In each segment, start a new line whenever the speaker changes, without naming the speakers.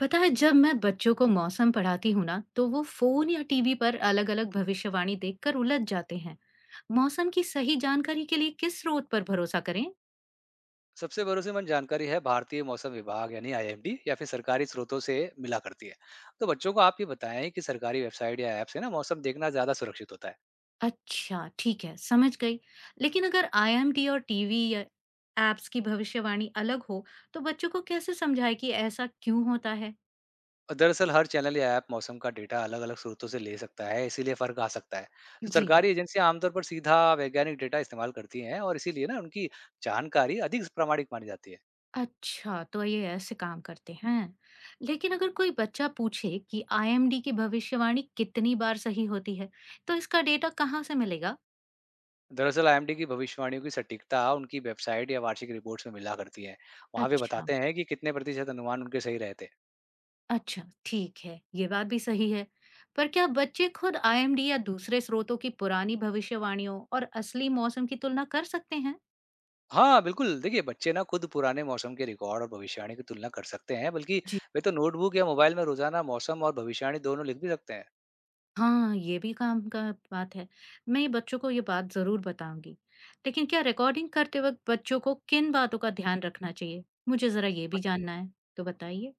पता है जब मैं बच्चों को मौसम पढ़ाती हूँ ना तो वो फोन या टीवी पर अलग अलग भविष्यवाणी देखकर उलझ जाते हैं। मौसम की सही जानकारी के लिए किस स्रोत पर भरोसा करें?
सबसे भरोसेमंद जानकारी है भारतीय मौसम विभाग यानी आईएमडी या फिर सरकारी स्रोतों से मिला करती है। तो बच्चों को आप ये बताएं कि सरकारी वेबसाइट या ऐप से ना मौसम देखना ज्यादा सुरक्षित होता है।
अच्छा, ठीक है, समझ गई। लेकिन अगर आईएमडी और टीवी या एप्स की भविष्यवाणी अलग हो तो बच्चों को कैसे समझाए कि ऐसा क्यों होता है?
और दरअसल हर चैनल या ऐप मौसम का डेटा अलग अलग स्रोतों से ले सकता है, इसीलिए फर्क आ सकता है। तो
जी।
सरकारी एजेंसियां आमतौर पर सीधा वैज्ञानिक डेटा इस्तेमाल करती हैं और इसीलिए ना उनकी जानकारी अधिक प्रामाणिक मानी जाती है।
अच्छा, तो ये ऐसे काम करते हैं। लेकिन अगर कोई बच्चा पूछे कि आईएमडी की भविष्यवाणी कितनी बार सही होती है, तो इसका डेटा कहाँ से मिलेगा?
दरअसल आईएमडी की भविष्यवाणियों की सटीकता उनकी वेबसाइट या वार्षिक रिपोर्ट्स में मिला करती है। वहां वे
अच्छा,
बताते हैं कि कितने प्रतिशत अनुमान उनके सही रहते हैं।
अच्छा, ठीक है, ये बात भी सही है। पर क्या बच्चे खुद आईएमडी या दूसरे स्रोतों की पुरानी भविष्यवाणियों और असली मौसम की तुलना कर सकते हैं?
हाँ, बिल्कुल। देखिए, बच्चे ना खुद पुराने मौसम के रिकॉर्ड और भविष्यवाणी की तुलना कर सकते हैं, बल्कि
जी।
वे तो नोटबुक या मोबाइल में रोज़ाना मौसम और भविष्यवाणी दोनों लिख भी सकते हैं।
हाँ, ये भी काम का बात है। मैं ये बच्चों को ये बात ज़रूर बताऊंगी। लेकिन क्या रिकॉर्डिंग करते वक्त बच्चों को किन बातों का ध्यान रखना चाहिए? मुझे ज़रा ये भी
बट
जानना है, तो बताइए।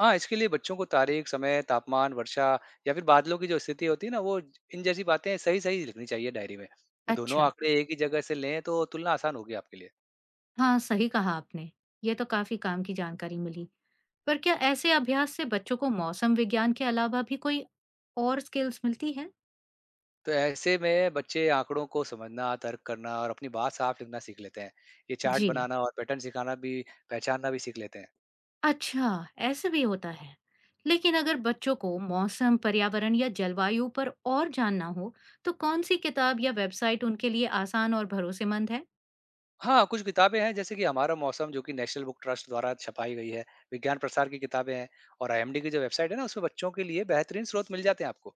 हाँ, इसके लिए बच्चों को तारीख, समय, तापमान, वर्षा या फिर बादलों की जो स्थिति होती है ना, वो इन जैसी बातें सही-सही लिखनी चाहिए डायरी में। और दोनों
अच्छा,
आँकड़े एक ही जगह से लें, तो तुलना आसान होगी आपके लिए।
हाँ, सही कहा आपने। ये तो काफ़ी काम की जानकारी मिली। पर क्या ऐसे अभ्यास से बच्चों को मौसम विज्ञान के अलावा भी कोई और स्किल्स मिलती है?
तो ऐसे में बच्चे आँकड़ों को समझना, तर्क करना और अपनी बात साफ लिखना सीख लेते हैं। ये चार्ट
जी।
बनाना और पैटर्न सिखाना भी पहचानना भी सीख लेते हैं।
अच्छा, ऐसे भी होता है। लेकिन अगर बच्चों को मौसम, पर्यावरण या जलवायु पर और जानना हो, तो कौन सी किताब या वेबसाइट उनके लिए आसान और भरोसेमंद है?
हाँ, कुछ किताबें हैं जैसे कि हमारा मौसम जो कि नेशनल बुक ट्रस्ट द्वारा छपाई गई है, विज्ञान प्रसार की किताबें हैं और आईएमडी की जो वेबसाइट है ना उसमें बच्चों के लिए बेहतरीन स्रोत मिल जाते हैं आपको।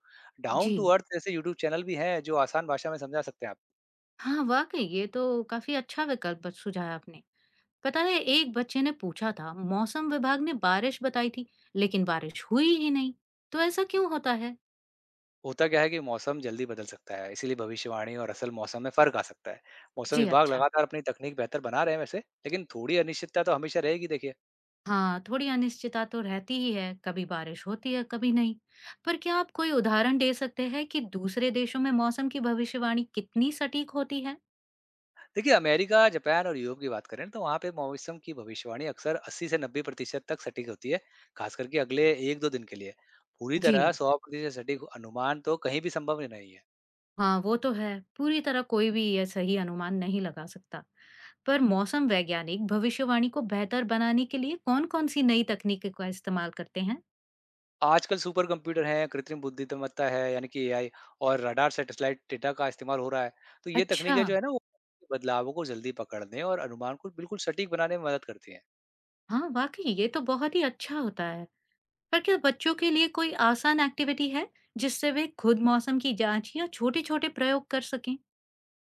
जी।
डाउन टू अर्थ जैसे यूट्यूब चैनल भी हैं जो आसान भाषा में समझा सकते हैं आप।
हाँ, वाकई ये तो काफी अच्छा विकल्प सुझाया आपने। पता है, एक बच्चे ने पूछा था, मौसम विभाग ने बारिश बताई थी लेकिन बारिश हुई ही नहीं। तो ऐसा क्यों होता है?
होता क्या है कि मौसम जल्दी बदल सकता है, इसीलिए भविष्यवाणी और असल मौसम में फ़र्क आ सकता है। मौसम
जी,
विभाग
अच्छा।
लगातार अपनी तकनीक बेहतर बना रहे हैं वैसे, लेकिन थोड़ी अनिश्चितता तो हमेशा रहेगी देखिए।
हाँ, थोड़ी अनिश्चितता तो रहती ही है, कभी बारिश होती है कभी नहीं। पर क्या आप कोई उदाहरण दे सकते हैं कि दूसरे देशों में मौसम की भविष्यवाणी कितनी सटीक होती है?
देखिए अमेरिका, जापान और यूरोप की बात करें तो वहाँ पे मौसम की भविष्यवाणी अक्सर 80 से 90% तक सटीक होती है, खास करके अगले 1-2 दिन के लिए। पूरी
जी।
तरह 100% सटीक अनुमान तो कहीं भी संभव ही नहीं है।
हाँ, वो तो है, पूरी तरह कोई भी यह सही अनुमान नहीं लगा सकता। पर मौसम वैज्ञानिक भविष्यवाणी को बेहतर बनाने के लिए कौन कौन सी नई तकनीक का इस्तेमाल करते हैं?
आजकल सुपर कंप्यूटर हैं, कृत्रिम बुद्धिमत्ता है यानी कि एआई और रडार सैटेलाइट डेटा का इस्तेमाल हो रहा है। तो ये
अच्छा।
तकनीकें जो है ना वो बदलावों को जल्दी पकड़ने और अनुमान को बिल्कुल सटीक बनाने में मदद करती हैं।
हाँ, वाकई ये तो बहुत ही अच्छा होता है। पर क्या बच्चों के लिए कोई आसान एक्टिविटी है जिससे वे खुद मौसम की जांच या छोटे-छोटे प्रयोग कर सकें?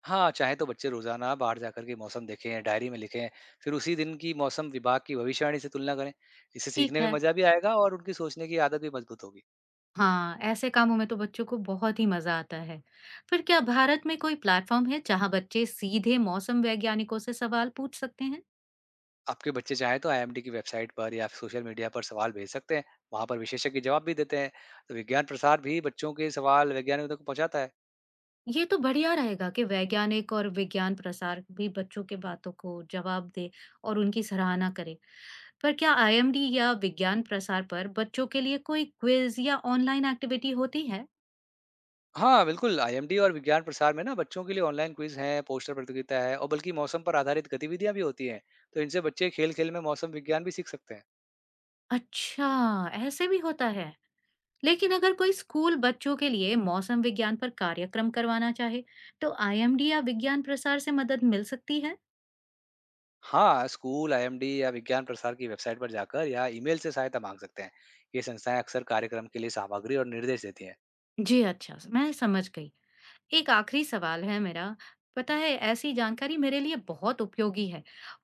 हाँ, चाहें तो बच्चे रोज़ाना बाहर जाकर के मौसम देखें, डायरी में लिखें, फिर उसी दिन की मौसम विभाग की भविष्यवाणी से तुलना करें। इससे सीखने
ठीक
में
है।
मज़ा भी आएगा और उनकी सोचने की आदत भी मजबूत होगी।
हाँ, ऐसे कामों में तो बच्चों को बहुत ही मजा आता है। फिर क्या भारत में कोई प्लेटफॉर्म है जहां बच्चे सीधे मौसम वैज्ञानिकों से सवाल पूछ सकते हैं?
आपके बच्चे चाहें तो आईएमडी की वेबसाइट पर या सोशल मीडिया पर सवाल भेज सकते हैं, वहाँ पर विशेषज्ञ जवाब भी देते हैं। तो विज्ञान प्रसार भी बच्चों के सवाल वैज्ञानिकों तक पहुँचाता है।
ये तो बढ़िया रहेगा कि वैज्ञानिक और विज्ञान प्रसार भी बच्चों के बातों को जवाब दे और उनकी सराहना करे। पर क्या आईएमडी या विज्ञान प्रसार पर बच्चों के लिए कोई क्विज या ऑनलाइन एक्टिविटी होती है?
हाँ, बिल्कुल, आईएमडी और विज्ञान प्रसार में ना बच्चों के लिए ऑनलाइन क्विज़ हैं, पोस्टर प्रतियोगिता है और बल्कि मौसम पर आधारित गतिविधियाँ भी होती हैं। तो इनसे बच्चे खेल-खेल में मौसम विज्ञान भी सीख सकते हैं।
अच्छा, ऐसे भी होता है। लेकिन अगर कोई स्कूल बच्चों के लिए मौसम विज्ञान पर कार्यक्रम करवाना चाहे, तो आईएमडी या विज्ञान प्रसार से मदद मिल सकती है?
हाँ, स्कूल, आईएमडी या विज्ञान प्रसार की वेबसाइट पर जाकर या ईमेल से सहायता माँग सकते हैं। ये संस्थाएं अक्सर कार्यक्रम के लिए सामग्री और निर्देश देती हैं।
जी, अच्छा, मैं समझ गई। एक आखिरी सवाल है मेरा। पता है, ऐसी जानकारी मेरे लिए बहुत उपयोगी है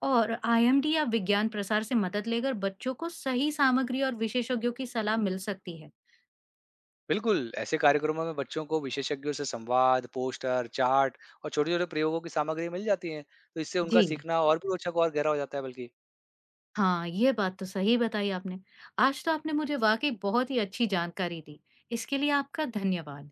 और आईएमडी या विज्ञान प्रसार से मदद लेकर बच्चों को सही सामग्री और विशेषज्ञों की सलाह मिल सकती है।
बिल्कुल, ऐसे कार्यक्रमों में बच्चों को विशेषज्ञों से संवाद, पोस्टर, चार्ट और छोटे-छोटे प्रयोगों की सामग्री मिल जाती है। तो इससे उनका
जी।
सीखना और भी रोचक और गहरा हो जाता है बल्कि।
हाँ, ये बात तो सही बताई आपने। आज तो आपने मुझे वाक़ई बहुत ही अच्छी जानकारी दी। इसके लिए आपका धन्यवाद।